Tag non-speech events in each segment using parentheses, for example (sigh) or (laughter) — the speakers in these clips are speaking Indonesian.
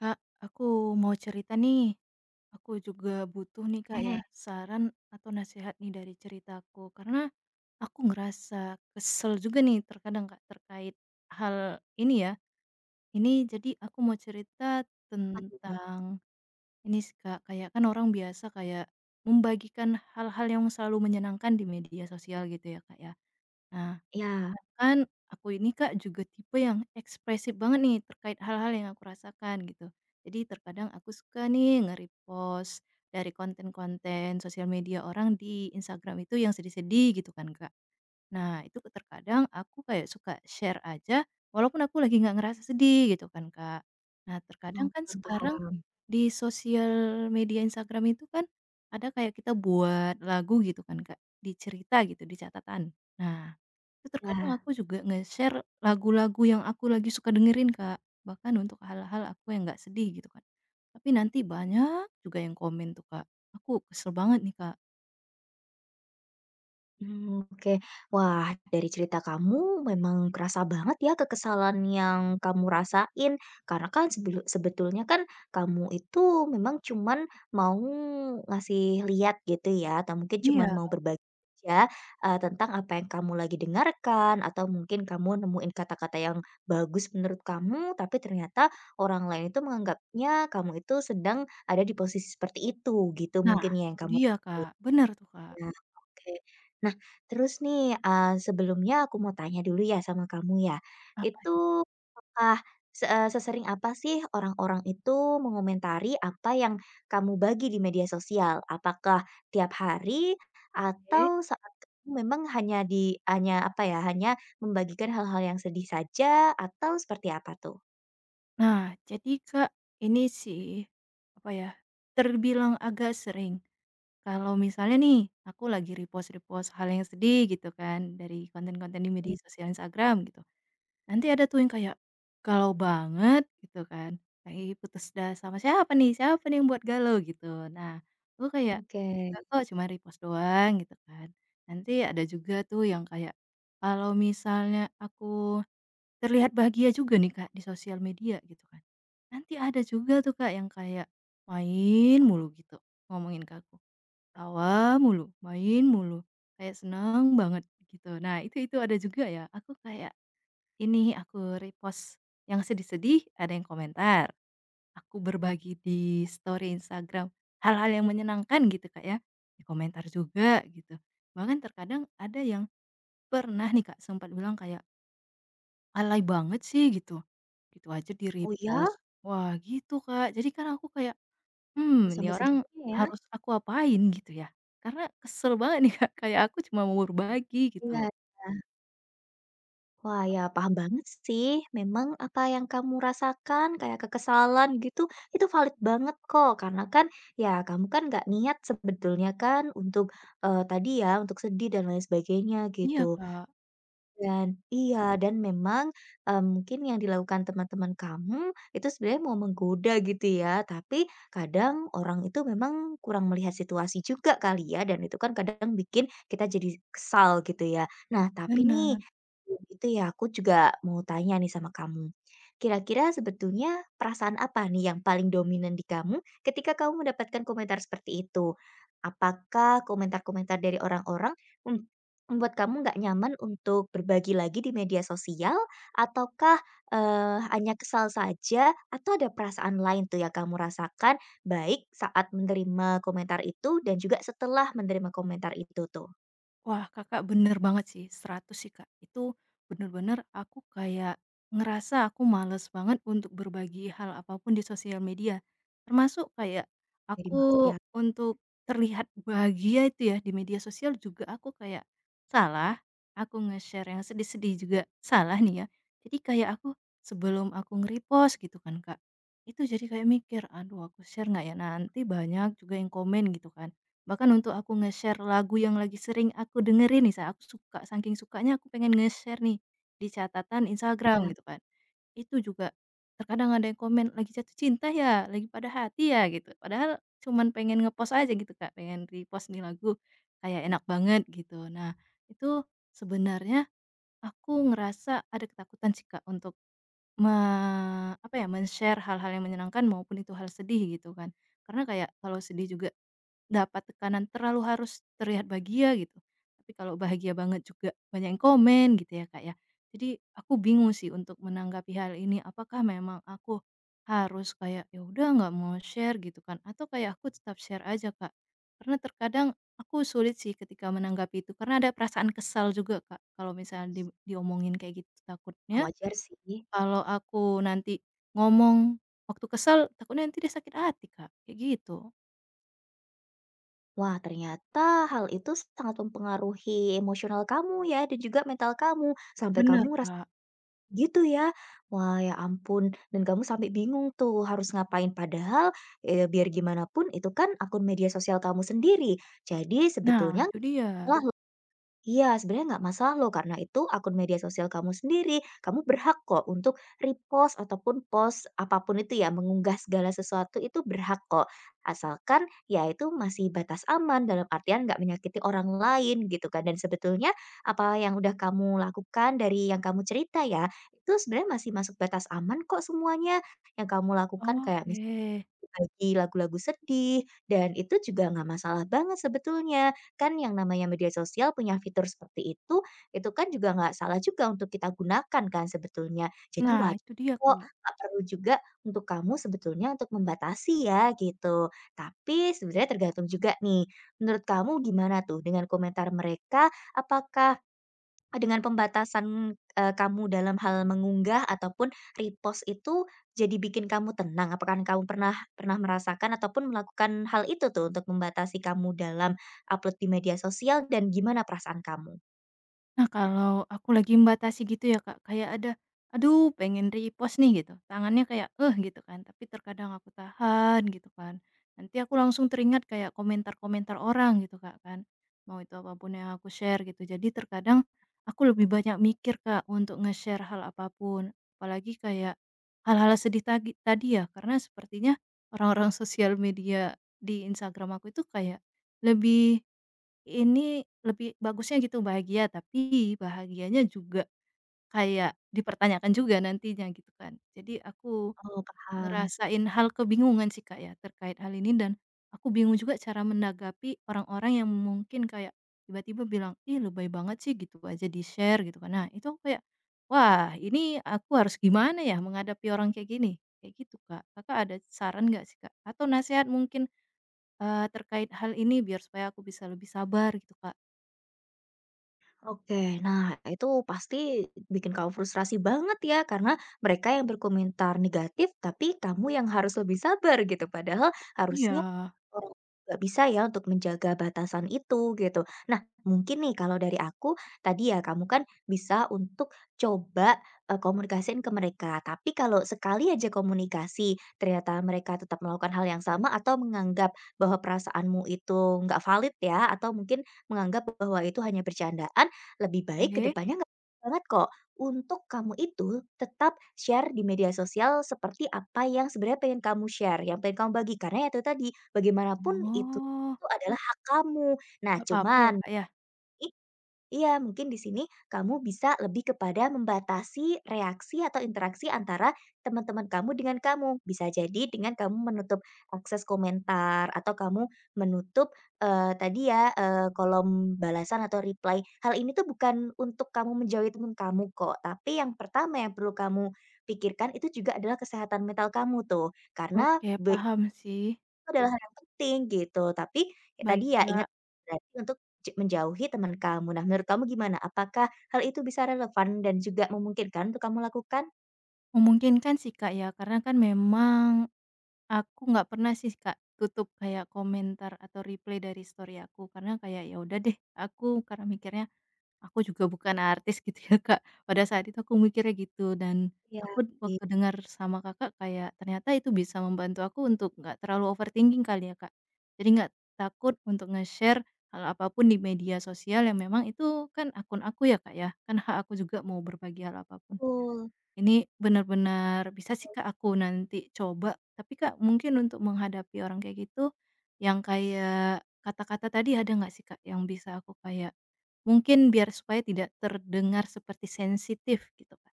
Kak, aku mau cerita nih. Aku juga butuh nih Kak ya, Eh, saran atau nasihat nih dari ceritaku. Karena aku ngerasa kesel juga nih terkadang Kak terkait hal ini ya. Ini jadi aku mau cerita apa tuh? tentang ini sih Kak, kayak kan orang biasa kayak membagikan hal-hal yang selalu menyenangkan di media sosial gitu ya Kak ya. Nah, Iya, sedangkan aku ini Kak juga tipe yang ekspresif banget nih terkait hal-hal yang aku rasakan gitu. Jadi terkadang aku suka nih nge-repost dari konten-konten sosial media orang di Instagram itu yang sedih-sedih gitu kan Kak. Nah itu terkadang aku kayak suka share aja walaupun aku lagi nggak ngerasa sedih gitu kan Kak. Nah terkadang kan paham sekarang paham, di sosial media Instagram itu kan ada kayak kita buat lagu gitu kan Kak, di cerita gitu, di catatan. Nah itu terkadang iya. aku juga nge-share lagu-lagu yang aku lagi suka dengerin, Kak, bahkan untuk hal-hal aku yang nggak sedih gitu kan. Tapi nanti banyak juga yang komen tuh, Kak. Aku kesel banget nih, Kak. Oke. Wah, dari cerita kamu memang kerasa banget ya kekesalan yang kamu rasain, karena kan sebetulnya kan kamu itu memang cuman mau ngasih lihat gitu ya, atau mungkin Iya. cuman mau berbagi aja, tentang apa yang kamu lagi dengarkan, atau mungkin kamu nemuin kata-kata yang bagus menurut kamu, tapi ternyata orang lain itu menganggapnya kamu itu sedang ada di posisi seperti itu, gitu Nah, mungkin ya yang itu kamu. dia, Kak, bener tuh, Kak. Nah, oke. Nah, terus nih, sebelumnya aku mau tanya dulu ya sama kamu ya. Apa itu? Itu apakah sesering apa sih orang-orang itu mengomentari apa yang kamu bagi di media sosial? Apakah tiap hari Oke. atau saat kamu memang hanya di hanya apa ya, hanya membagikan hal-hal yang sedih saja atau seperti apa tuh? Nah, jadi, Kak, ini sih, apa ya, terbilang agak sering kalau misalnya nih aku lagi repost-repost hal yang sedih gitu kan dari konten-konten di Iya, media sosial Instagram gitu. Nanti ada tuh yang kayak galau banget gitu kan, kayak, "Ih, putus dah sama siapa nih? Siapa nih yang buat galau?" Gitu. Nah, aku kayak, "Nggak oke. kok, cuma repost doang," gitu kan. Nanti ada juga tuh yang kayak, "Kalau misalnya aku terlihat bahagia juga nih, Kak, di sosial media," gitu kan. Nanti ada juga tuh, Kak, yang kayak main mulu gitu, ngomongin ke aku, "Tawa mulu, main mulu, kayak seneng banget," gitu. Nah, itu ada juga ya, aku kayak ini aku repost yang sedih-sedih, ada yang komentar. Aku berbagi di story Instagram hal-hal yang menyenangkan gitu, Kak, ya, di komentar juga gitu. Bahkan terkadang ada yang pernah nih, Kak, sempat bilang kayak, "Alay banget sih," gitu. Gitu aja Oh di-repost. ya? Wah, gitu, Kak. Jadi kan aku kayak, hmm ini Sampai orang segitunya ya? harus aku apain?" Gitu ya. Karena kesel banget nih, Kak, kayak aku cuma mau berbagi gitu. Iya, iya. Wah, ya paham banget sih. Memang apa yang kamu rasakan kayak kekesalan gitu, itu valid banget kok. Karena kan ya kamu kan nggak niat sebetulnya kan untuk eh, tadi ya untuk sedih dan lain sebagainya Iya, gitu. Kak, Dan iya, dan memang, mungkin yang dilakukan teman-teman kamu itu sebenarnya mau menggoda gitu ya, tapi kadang orang itu memang kurang melihat situasi juga kali ya, dan itu kan kadang bikin kita jadi kesal gitu ya. Nah, tapi nih, bener. itu ya aku juga mau tanya nih sama kamu. Kira-kira sebetulnya perasaan apa nih yang paling dominan di kamu ketika kamu mendapatkan komentar seperti itu? Apakah komentar-komentar dari orang-orang membuat kamu nggak nyaman untuk berbagi lagi di media sosial ataukah, hanya kesal saja atau ada perasaan lain tuh yang kamu rasakan baik saat menerima komentar itu dan juga setelah menerima komentar itu tuh? Wah, Kakak, bener banget sih, 100 sih, Kak. Itu bener-bener aku kayak ngerasa aku males banget untuk berbagi hal apapun di sosial media. Termasuk kayak Jadi aku males ya? untuk terlihat bahagia itu ya di media sosial juga aku kayak salah, aku nge-share yang sedih-sedih juga salah nih ya. Jadi kayak aku sebelum aku nge-repost gitu kan, Kak, itu jadi kayak mikir, "Aduh aku share nggak ya? Nanti banyak juga yang komen," gitu kan. Bahkan untuk aku nge-share lagu yang lagi sering aku dengerin nih, aku suka, saking sukanya aku pengen nge-share nih, di catatan Ya, Instagram gitu kan. Itu juga terkadang ada yang komen, "Lagi jatuh cinta ya? Lagi pada hati ya?" Gitu. Padahal cuman pengen nge-post aja gitu Kak, pengen repost nih lagu, kayak enak banget gitu. Nah, itu sebenarnya aku ngerasa ada ketakutan sih Kak, untuk me apa ya, men-share hal-hal yang menyenangkan maupun itu hal sedih gitu kan. Karena kayak kalau sedih juga dapat tekanan terlalu harus terlihat bahagia gitu, tapi kalau bahagia banget juga banyak yang komen gitu ya, Kak, ya. Jadi aku bingung sih untuk menanggapi hal ini, apakah memang aku harus kayak, "Ya udah nggak mau share," gitu kan, atau kayak aku tetap share aja, Kak? Karena terkadang aku sulit sih ketika menanggapi itu, karena ada perasaan kesal juga, Kak, kalau misalnya di diomongin kayak gitu. Takutnya wajar sih. kalau aku nanti ngomong waktu kesal, takutnya nanti dia sakit hati, Kak, kayak gitu. Wah, ternyata hal itu sangat mempengaruhi emosional kamu ya dan juga mental kamu, sampai kamu Benar ngeras. Kak. Gitu ya? Wah, ya ampun, dan kamu sampai bingung tuh harus ngapain, padahal, biar gimana pun itu kan akun media sosial kamu sendiri. Jadi Nah, sebetulnya itu dia. kalau. Iya, sebenarnya nggak masalah loh, karena itu akun media sosial kamu sendiri. Kamu berhak kok untuk repost ataupun post apapun itu ya, mengunggah segala sesuatu itu berhak kok. Asalkan ya itu masih batas aman dalam artian nggak menyakiti orang lain gitu kan. Dan sebetulnya apa yang udah kamu lakukan dari yang kamu cerita ya, itu sebenarnya masih masuk batas aman kok semuanya. Yang kamu lakukan kayak Oke. bagi lagu-lagu sedih, dan itu juga nggak masalah banget sebetulnya. Kan yang namanya media sosial punya fitur seperti itu kan juga nggak salah juga untuk kita gunakan kan sebetulnya. Jadi Nah, wajar itu dia, kok, Kak. nggak perlu juga untuk kamu sebetulnya untuk membatasi ya gitu. Tapi sebenarnya tergantung juga nih, menurut kamu gimana tuh dengan komentar mereka? Apakah dengan pembatasan, kamu dalam hal mengunggah ataupun repost itu jadi bikin kamu tenang? Apakah kamu pernah pernah merasakan ataupun melakukan hal itu tuh untuk membatasi kamu dalam upload di media sosial dan gimana perasaan kamu? Nah, kalau aku lagi membatasi gitu ya, Kak, kayak ada, "Aduh pengen repost nih," gitu. Tangannya kayak, "Eh," gitu kan, tapi terkadang aku tahan gitu kan. Nanti aku langsung teringat kayak komentar-komentar orang gitu, Kak, kan. Mau itu apapun yang aku share gitu. Jadi terkadang aku lebih banyak mikir, Kak, untuk nge-share hal apapun. Apalagi kayak hal-hal sedih tadi ya, karena sepertinya orang-orang (laughs) sosial media di Instagram aku itu kayak lebih ini lebih bagusnya gitu bahagia, tapi bahagianya juga kayak dipertanyakan juga nantinya gitu kan. Jadi aku Oh, paham. ngerasain hal kebingungan sih Kak ya terkait hal ini dan aku bingung juga cara menanggapi orang-orang yang mungkin kayak tiba-tiba bilang, "Ih lebay banget sih," gitu aja di-share gitu kan. Nah itu aku kayak, "Wah ini aku harus gimana ya menghadapi orang kayak gini?" Kayak gitu Kak. Kakak ada saran nggak sih Kak? Atau nasihat mungkin, terkait hal ini biar supaya aku bisa lebih sabar gitu Kak? Oke, nah itu pasti bikin kamu frustrasi banget ya karena mereka yang berkomentar negatif tapi kamu yang harus lebih sabar gitu. Padahal Iya, harusnya orang nggak bisa ya untuk menjaga batasan itu gitu. Nah, mungkin nih kalau dari aku tadi ya kamu kan bisa untuk coba eh, komunikasiin ke mereka. Tapi kalau sekali aja komunikasi ternyata mereka tetap melakukan hal yang sama atau menganggap bahwa perasaanmu itu nggak valid ya atau mungkin menganggap bahwa itu hanya bercandaan lebih baik ke oke. depannya nggak banget kok untuk kamu itu tetap share di media sosial seperti apa yang sebenarnya pengen kamu share, yang pengen kamu bagi. Karena ya itu tadi, bagaimanapun itu Oh, itu adalah hak kamu. Nah nggak apa-apa ya, cuman, Kak, ya? iya, mungkin di sini kamu bisa lebih kepada membatasi reaksi atau interaksi antara teman-teman kamu dengan kamu. Bisa jadi dengan kamu menutup akses komentar atau kamu menutup eh, tadi ya eh, kolom balasan atau reply. Hal ini tuh bukan untuk kamu menjauhi teman kamu kok, tapi yang pertama yang perlu kamu pikirkan itu juga adalah kesehatan mental kamu tuh. Karena Oke, paham sih. itu adalah hal yang penting gitu, tapi ya tadi Baik, ya ingat Kak. berarti untuk menjauhi teman kamu. Nah, menurut kamu gimana? Apakah hal itu bisa relevan dan juga memungkinkan untuk kamu lakukan? Memungkinkan sih, Kak, ya, karena kan memang aku nggak pernah sih, Kak, tutup kayak komentar atau replay dari story aku, karena kayak, ya udah deh, aku karena mikirnya aku juga bukan artis gitu ya, Kak. Pada saat itu aku mikirnya gitu dan Iya. aku waktu dengar sama Kakak kayak ternyata itu bisa membantu aku untuk nggak terlalu overthinking kali ya, Kak. Jadi nggak takut untuk nge-share hal apapun di media sosial yang memang itu kan akun aku ya, Kak, ya. Kan hak aku juga mau berbagi hal apapun. Betul. Ini benar-benar bisa sih Kak aku nanti coba, tapi Kak mungkin untuk menghadapi orang kayak gitu, yang kayak kata-kata tadi ada nggak sih Kak yang bisa aku kayak mungkin biar supaya tidak terdengar seperti sensitif gitu Kak?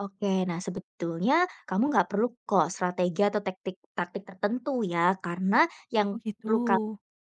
Oke, nah sebetulnya kamu nggak perlu kok strategi atau taktik taktik tertentu ya, karena Oh yang gitu. perlu kamu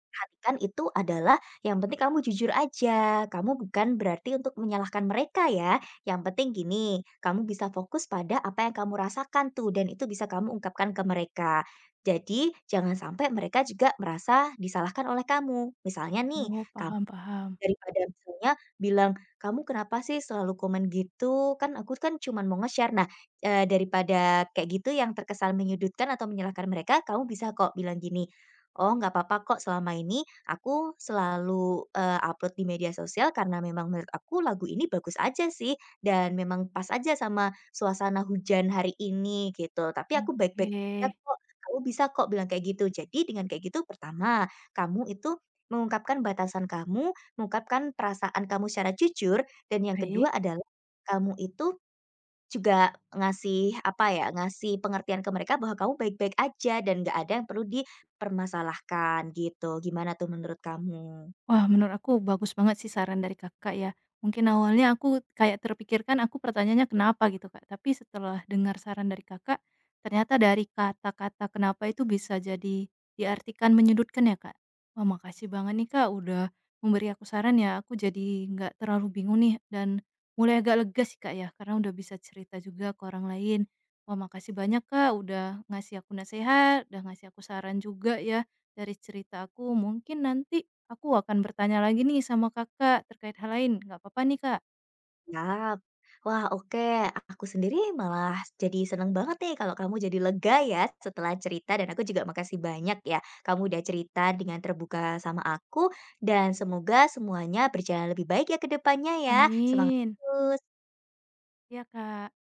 perhatikan itu adalah yang penting kamu jujur aja, kamu bukan berarti untuk menyalahkan mereka ya, yang penting gini, kamu bisa fokus pada apa yang kamu rasakan tuh dan itu bisa kamu ungkapkan ke mereka. Jadi jangan sampai mereka juga merasa disalahkan oleh kamu. Misalnya nih, Oh kamu paham paham. daripada misalnya bilang, "Kamu kenapa sih selalu komen gitu? Kan aku kan cuman mau nge-share." Nah, daripada kayak gitu yang terkesan menyudutkan atau menyalahkan mereka, kamu bisa kok bilang gini, "Oh, nggak apa-apa kok selama ini aku selalu, upload di media sosial karena memang menurut aku lagu ini bagus aja sih dan memang pas aja sama suasana hujan hari ini gitu, tapi aku baik-baik aja Oke, kok." Kamu bisa kok bilang kayak gitu. Jadi dengan kayak gitu, pertama, kamu itu mengungkapkan batasan kamu, mengungkapkan perasaan kamu secara jujur, dan yang baik. kedua adalah kamu itu juga ngasih, apa ya, ngasih pengertian ke mereka bahwa kamu baik-baik aja dan nggak ada yang perlu dipermasalahkan gitu. Gimana tuh menurut kamu? Wah, menurut aku bagus banget sih saran dari Kakak ya. Mungkin awalnya aku kayak terpikirkan aku pertanyaannya kenapa gitu Kak, tapi setelah dengar saran dari Kakak, ternyata dari kata-kata kenapa itu bisa jadi diartikan menyudutkan ya Kak. Wah, makasih banget nih Kak udah memberi aku saran ya, aku jadi nggak terlalu bingung nih dan mulai agak lega sih Kak ya, karena udah bisa cerita juga ke orang lain. Wah, makasih banyak Kak udah ngasih aku nasihat, udah ngasih aku saran juga ya dari cerita aku. Mungkin nanti aku akan bertanya lagi nih sama Kakak terkait hal lain, nggak apa-apa nih, Kak? Siap. Wah, oke. Aku sendiri malah jadi seneng banget nih kalau kamu jadi lega ya setelah cerita dan aku juga makasih banyak ya kamu udah cerita dengan terbuka sama aku dan semoga semuanya berjalan lebih baik ya ke depannya ya. Semangat Amin. terus. Ya Kak.